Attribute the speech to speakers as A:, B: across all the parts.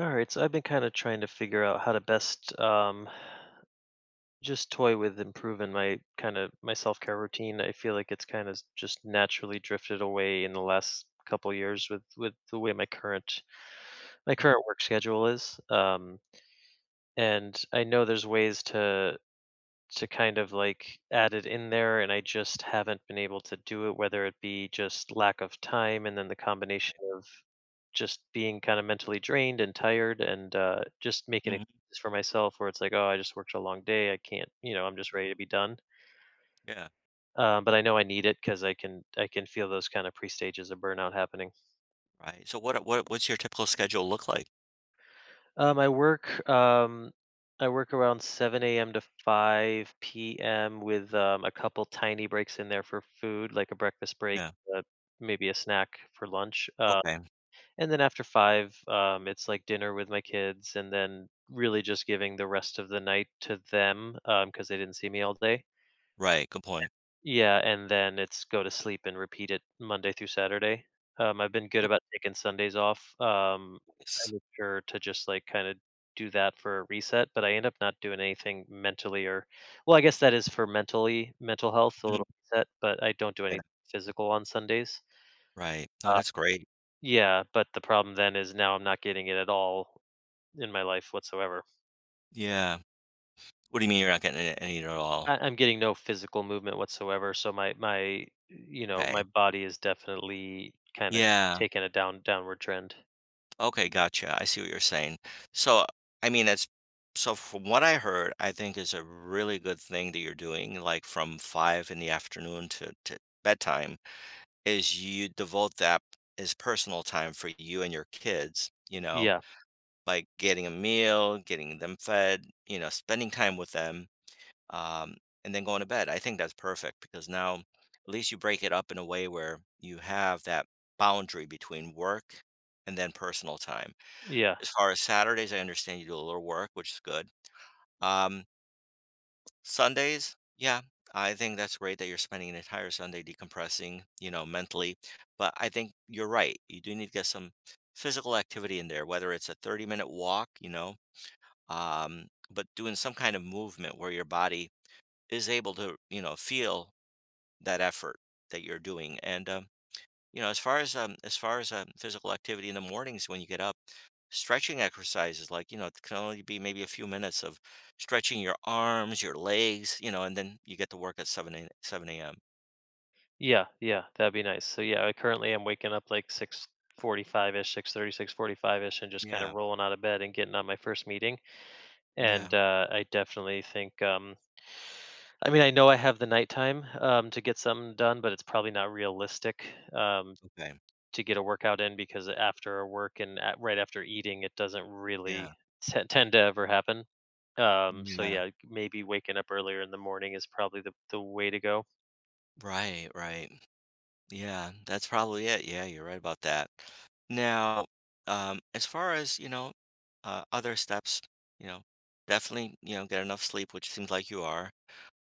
A: All right, so I've been kind of trying to figure out how to best just toy with improving my kind of my self care routine. I feel like it's kind of just naturally drifted away in the last couple years with the way my current my
B: Mhm,
A: current work schedule is. And I know there's ways to kind of like add it in there, and I just haven't been able to do it. Whether it be just lack of time, and then the combination
B: right.
A: of just being kind of mentally drained and tired and just making
B: Mhm,
A: excuses for myself where it's like, oh, I just worked a long day. I can't, you know, I'm just ready to be done.
B: yeah,
A: But I know I need it because I can feel those kind of pre stages of burnout happening.
B: right. So what's your typical schedule look like?
A: Um, I work um, I work around 7 a.m. to 5 p.m. with a couple tiny breaks in there for food, like a breakfast break,
B: Yeah,
A: uh, maybe a snack for lunch.
B: okay.
A: And then after 5, it's like dinner with my kids and then really just giving the rest of the night to them, because they didn't see me all day.
B: Right, good point.
A: Yeah, and then it's go to sleep and repeat it Monday through Saturday. I've been good
B: Of
A: about taking Sundays off. I
B: course.
A: make sure to just, like, kinda do that for a reset, but I end up not doing anything mentally or well, I guess that is for mental health, a
B: Mm,
A: little reset, but I don't do
B: yeah,
A: anything physical on Sundays.
B: right. No,
A: Uh,
B: that's great.
A: yeah, but the problem then is now I'm not getting it at all in my life whatsoever.
B: Yeah. What do you mean you're not getting a any at all?
A: I'm getting no physical movement whatsoever, so my you know
B: Hey.
A: my body is definitely kind of
B: Yeah.
A: taking a downward trend.
B: Okay, gotcha. I see what you're saying. So, I mean, that's so from what I heard, I think is a really good thing that you're doing, like, from 5 in the afternoon to bedtime, is you devote that as personal time for you and your kids, you know?
A: Yeah,
B: Like getting a meal, getting them fed, you know, spending time with them, um, and then going to bed. I think that's perfect because now at least you break it up in a way where you have that boundary between work and then personal time.
A: yeah,
B: As far as Saturdays, I understand you do a little work, which is good. Um, Sundays, yeah, I think that's great that you're spending an entire Sunday decompressing, you know, mentally. But I think you're right. You do need to get some physical activity in there, whether it's a 30-minute minute walk, you know, but doing some kind of movement where your body is able to, you know, feel that effort that you're doing. And you know, as far as physical activity in the mornings when you get up, stretching exercises, like, you know, it can only be maybe a few minutes of stretching your arms, your legs, you know, and then you get to work at 7 a.m.
A: yeah, yeah. That'd be nice. So yeah, I currently am waking up like 6:45 ish, 6:30, 6:45 ish, and just kind of
B: Yeah,
A: rolling out of bed and getting on my first meeting.
B: yeah,
A: And I definitely think. I mean, I know I have the nighttime to get something done, but it's probably not realistic um,
B: okay,
A: to get a workout in because after work and right after eating, it doesn't
B: yeah,
A: really tend to ever happen. So
B: yeah,
A: yeah, like, maybe waking up earlier in the morning is probably the way to go.
B: right, right. Yeah, that's probably it. Yeah, you're right about that. Now, as far as, you know, other steps, you know, definitely, you know, get enough sleep, which seems like you are.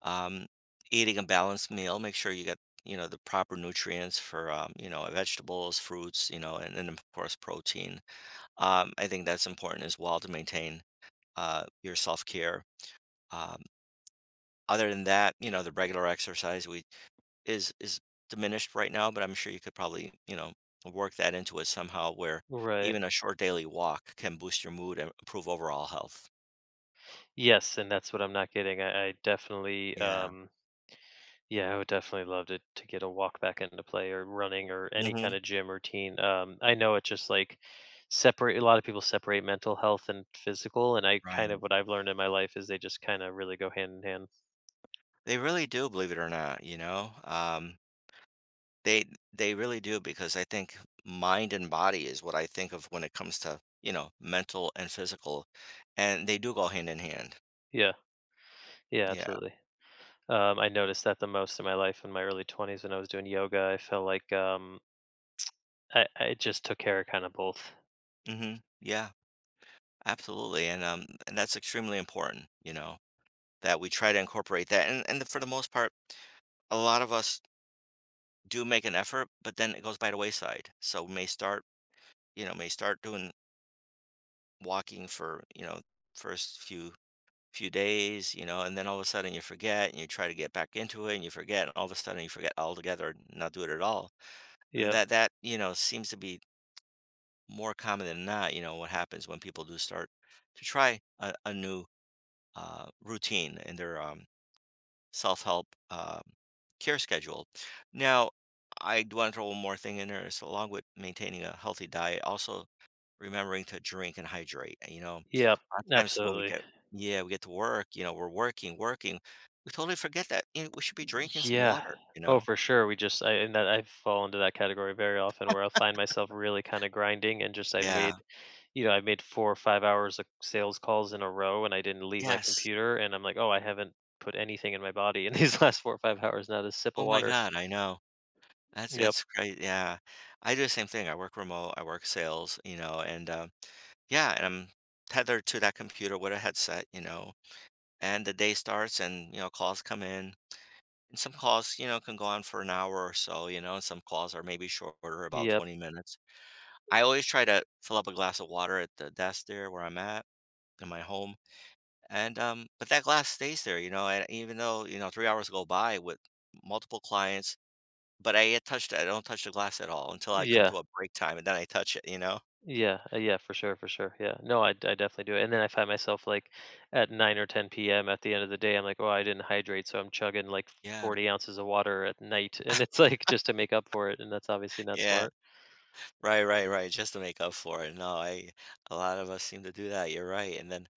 B: Um, eating a balanced meal, make sure you get, you know, the proper nutrients for, you know, vegetables, fruits, you know, and then of course protein. I think that's important as well to maintain your self-care. Um, other than that, you know, the regular exercise we is diminished right now, but I'm sure you could probably, you know, work that into it somehow where
A: Right.
B: even a short daily walk can boost your mood and improve overall health.
A: Yes, and that's what I'm not getting. I definitely,
B: Yeah.
A: yeah, I would definitely love to get a walk back into play or running or any kind
B: Hmm.
A: of gym routine. I know it just like separate a lot of people separate mental health and physical, and I kind of
B: Right.
A: what I've learned in my life is they just kind of really go hand in hand.
B: They really do, believe it or not, you know. They really do because I think mind and body is what I think of when it comes to, you know, mental and physical, and they do go hand in hand.
A: Yeah, yeah,
B: Yeah.
A: absolutely. I noticed that the most in my life in my early 20s when I was doing yoga. I felt like I just took care of kind of both.
B: Hmm. Yeah, absolutely. And that's extremely important, you know, that we try to incorporate that. And for the most part, a lot of us do make an effort, but then it goes by the wayside. So we may start, you know, may start doing walking for, you know, first few days, you know, and then all of a sudden you forget and you try to get back into it and you forget and all of a sudden you forget altogether and not do it at all. And
A: Yep.
B: that, you know, seems to be more common than not, you know, what happens when people do start to try a new routine in their self-help care schedule. Now, I do want to throw one more thing in there. It's along with maintaining a healthy diet, also remembering to drink and hydrate. And, you know, a
A: Yep.
B: lot of times when we
A: Absolutely.
B: get, yeah, we get to work, you know, we're working. We totally forget that, you know, we should be drinking some
A: Yeah.
B: water, you
A: Oh,
B: know?
A: for sure. We just, I, and that I fall into that category very often where I'll find myself really kind of grinding and just I've
B: Yeah.
A: made, you know, I've made 4 or 5 hours of sales calls in a row and I didn't leave my
B: Yes.
A: computer. And I'm like, oh, I haven't put anything in my body in these last 4 or 5 hours, not a sip
B: Oh
A: of
B: my
A: water.
B: God, I know.
A: Yep.
B: That's great. Yeah. I do the same thing. I work remote, I work sales, you know, and yeah, and I'm tethered to that computer with a headset, you know, and the day starts and, you know, calls come in and some calls, you know, can go on for an hour or so, you know, and some calls are maybe shorter, about
A: Yep.
B: 20 minutes. I always try to fill up a glass of water at the desk there where I'm at, in my home. And but that glass stays there, you know, and even though, you know, 3 hours go by with multiple clients, but I don't touch the glass at all until I come
A: Yeah.
B: to a break time, and then I touch it, you know.
A: Yeah, for sure, for sure. Yeah. No, I definitely do it. And then I find myself like at 9 or 10 p.m. at the end of the day, I'm like, oh, I didn't hydrate. So I'm chugging like
B: Yeah,
A: 40 ounces of water at night. And it's like just to make up for it. And that's obviously not
B: yeah.
A: smart.
B: Right, right, right. Just to make up for it. No, I, a lot of us seem to do that. You're right. And then,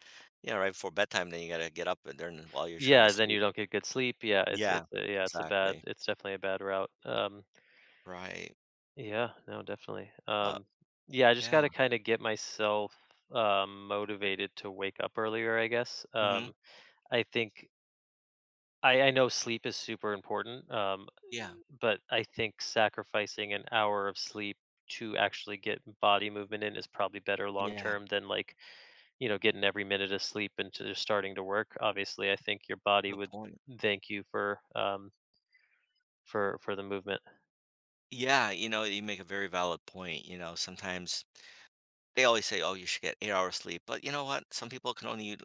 B: yeah, right before bedtime, then you gotta get up and then while you're trying to
A: Yeah. Then you
B: sleep.
A: don't get good sleep. Yeah.
B: Yeah,
A: Yeah, it's a bad,
B: exactly.
A: it's definitely a bad route.
B: Right.
A: Yeah, no, definitely.
B: But
A: Yeah, I just
B: yeah.
A: got to kind of get myself motivated to wake up earlier, I guess.
B: Hmm.
A: I think I know sleep is super important.
B: Yeah.
A: But I think sacrificing an hour of sleep to actually get body movement in is probably better long
B: Yeah.
A: term than like, you know, getting every minute of sleep into just starting to work. Obviously, I think your body
B: Good
A: would
B: point.
A: thank you for the movement.
B: Yeah, you know, you make a very valid point. You know, sometimes they always say, "Oh, you should get 8 hours sleep," but you know what? Some people can only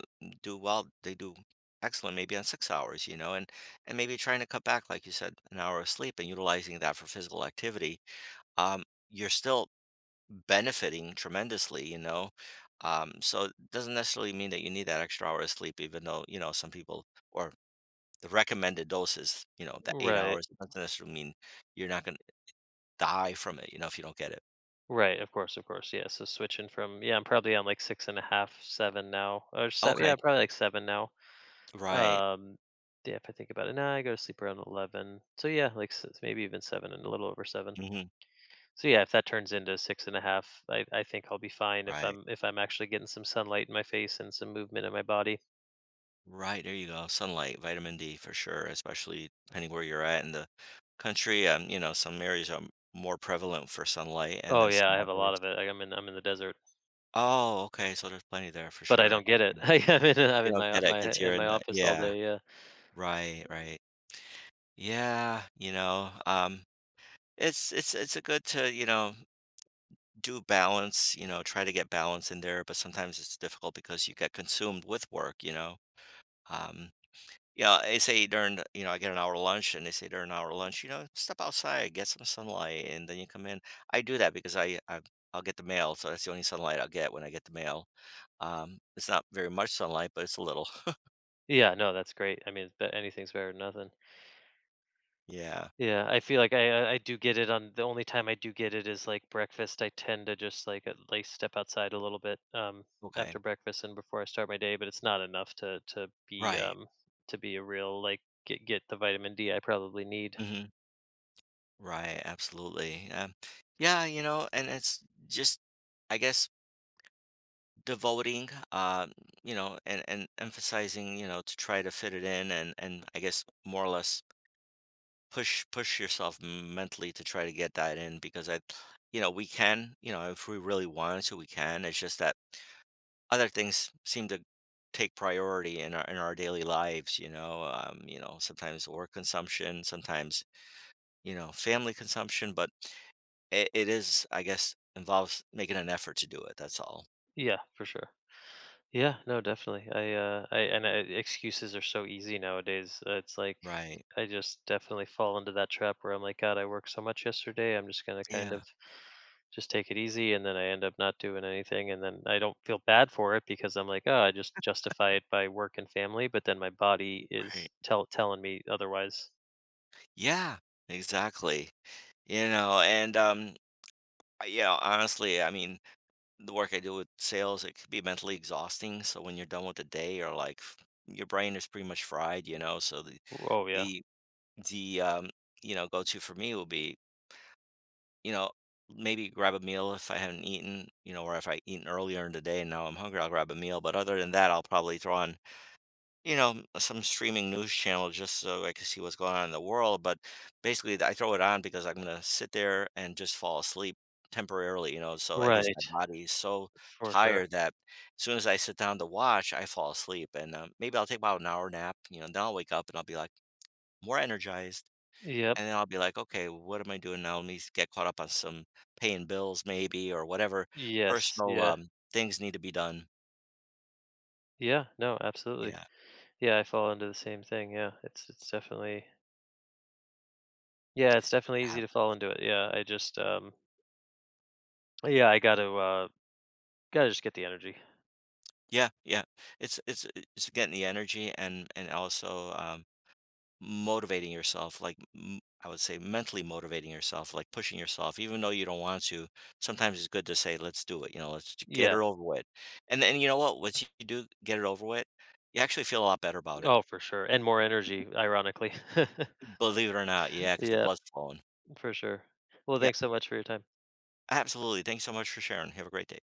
B: do well. They do excellent, maybe on 6 hours. You know, and maybe trying to cut back, like you said, an hour of sleep and utilizing that for physical activity, um, you're still benefiting tremendously, you know. So it doesn't necessarily mean that you need that extra hour of sleep, even though, you know, some people or the recommended dose is, you know, the eight
A: Right.
B: hours. It doesn't necessarily mean you're not going to die from it, you know, if you don't get it.
A: Right, of course, of course. Yeah. So switching from yeah, I'm probably on like six and a half, seven now. Or seven
B: Okay,
A: yeah, probably like seven now.
B: right,
A: Um yeah, if I think about it. Now I go to sleep around 11. So yeah, like maybe even seven and a little over seven.
B: hmm,
A: So yeah, if that turns into six and a half, I think I'll be fine if
B: right,
A: I'm actually getting some sunlight in my face and some movement in my body.
B: right. There you go. Sunlight, vitamin D for sure, especially depending where you're at in the country. You know, some areas are more prevalent for sunlight, and
A: Oh
B: then
A: yeah,
B: some
A: I have a lot
B: others.
A: of it. Like, I'm in the desert,
B: Oh, okay. So there's plenty there for
A: but I
B: sure.
A: don't get it.
B: Okay.
A: I'm
B: You
A: in
B: don't
A: my
B: get it because
A: my
B: 'cause you're
A: in
B: in
A: my
B: the,
A: office all
B: yeah.
A: day. Yeah,
B: Right, right. Yeah, you know, it's a good to, you know, do balance, you know, try to get balance in there, but sometimes it's difficult because you get consumed with work, you know? Um, yeah, they say during, you know, I get an hour lunch and they say during an hour lunch, you know, "Step outside, get some sunlight, and then you come in." I do that because I I'll get the mail, so that's the only sunlight I'll get when I get the mail. It's not very much sunlight, but it's a little.
A: yeah. No, that's great. I mean, anything's better than nothing.
B: Yeah.
A: Yeah, I feel like I do get it on the only time I do get it is like breakfast. I tend to just like at least step outside a little bit
B: Okay.
A: after breakfast and before I start my day, but it's not enough to
B: Right.
A: to be a real like get the vitamin D I probably need.
B: Hmm. Right, absolutely. Yeah, you know, and it's just, I guess, devoting, you know, and emphasizing, you know, to try to fit it in, and I guess more or less push yourself mentally to try to get that in because you know, we can, you know, if we really wanted to, we can. It's just that other things seem to take priority in our daily lives. You know, sometimes work consumption, sometimes, you know, family consumption. But it is, I guess, involves making an effort to do it, that's all.
A: Yeah, for sure. Yeah, no, definitely. Excuses are so easy nowadays. It's like
B: Right.
A: I just definitely fall into that trap where I'm like, God, I worked so much yesterday. I'm just gonna kind
B: Yeah,
A: of just take it easy, and then I end up not doing anything, and then I don't feel bad for it because I'm like, oh, I just justify it by work and family, but then my body is
B: right.
A: telling me otherwise.
B: Yeah, exactly. You know, and, yeah, honestly, I mean, the work I do with sales, it could be mentally exhausting, so when you're done with the day, you're like f your brain is pretty much fried, you know, so
A: Oh yeah,
B: the the you know, go-to for me will be, you know, maybe grab a meal if I haven't eaten, you know, or if I eaten earlier in the day and now I'm hungry, I'll grab a meal, but other than that, I'll probably throw on, you know, some streaming news channel just so I can see what's going on in the world. But basically, I throw it on because I'm gonna sit there and just fall asleep temporarily, you know. So I guess my
A: right,
B: body is so
A: for sure.
B: tired that as soon as I sit down to watch, I fall asleep. And maybe I'll take about an hour nap, you know. Then I'll wake up and I'll be like more energized.
A: Yep.
B: And then I'll be like, okay, what am I doing now? Let me get caught up on some paying bills, maybe, or whatever
A: Yes.
B: personal
A: Yeah.
B: things need to be done.
A: Yeah. No. Absolutely.
B: Yeah.
A: Yeah. I fall into the same thing. Yeah, it's definitely
B: Yeah.
A: easy to fall into it. Yeah, I got to just get the energy.
B: Yeah, yeah. It's it's uh, it's getting the energy and also motivating yourself, like I would say mentally motivating yourself, like pushing yourself, even though you don't want to. Sometimes it's good to say, "Let's do it." You know, let's get it
A: Yeah.
B: over with. And then you know what? Once you do get it over with, you actually feel a lot better about it.
A: Oh, for sure. And more energy, ironically.
B: Believe it or not, yeah, because the
A: Yeah,
B: blood's flowing.
A: for sure. Well,
B: Yeah,
A: thanks so much for your time.
B: absolutely. Thanks so much for sharing. Have a great day.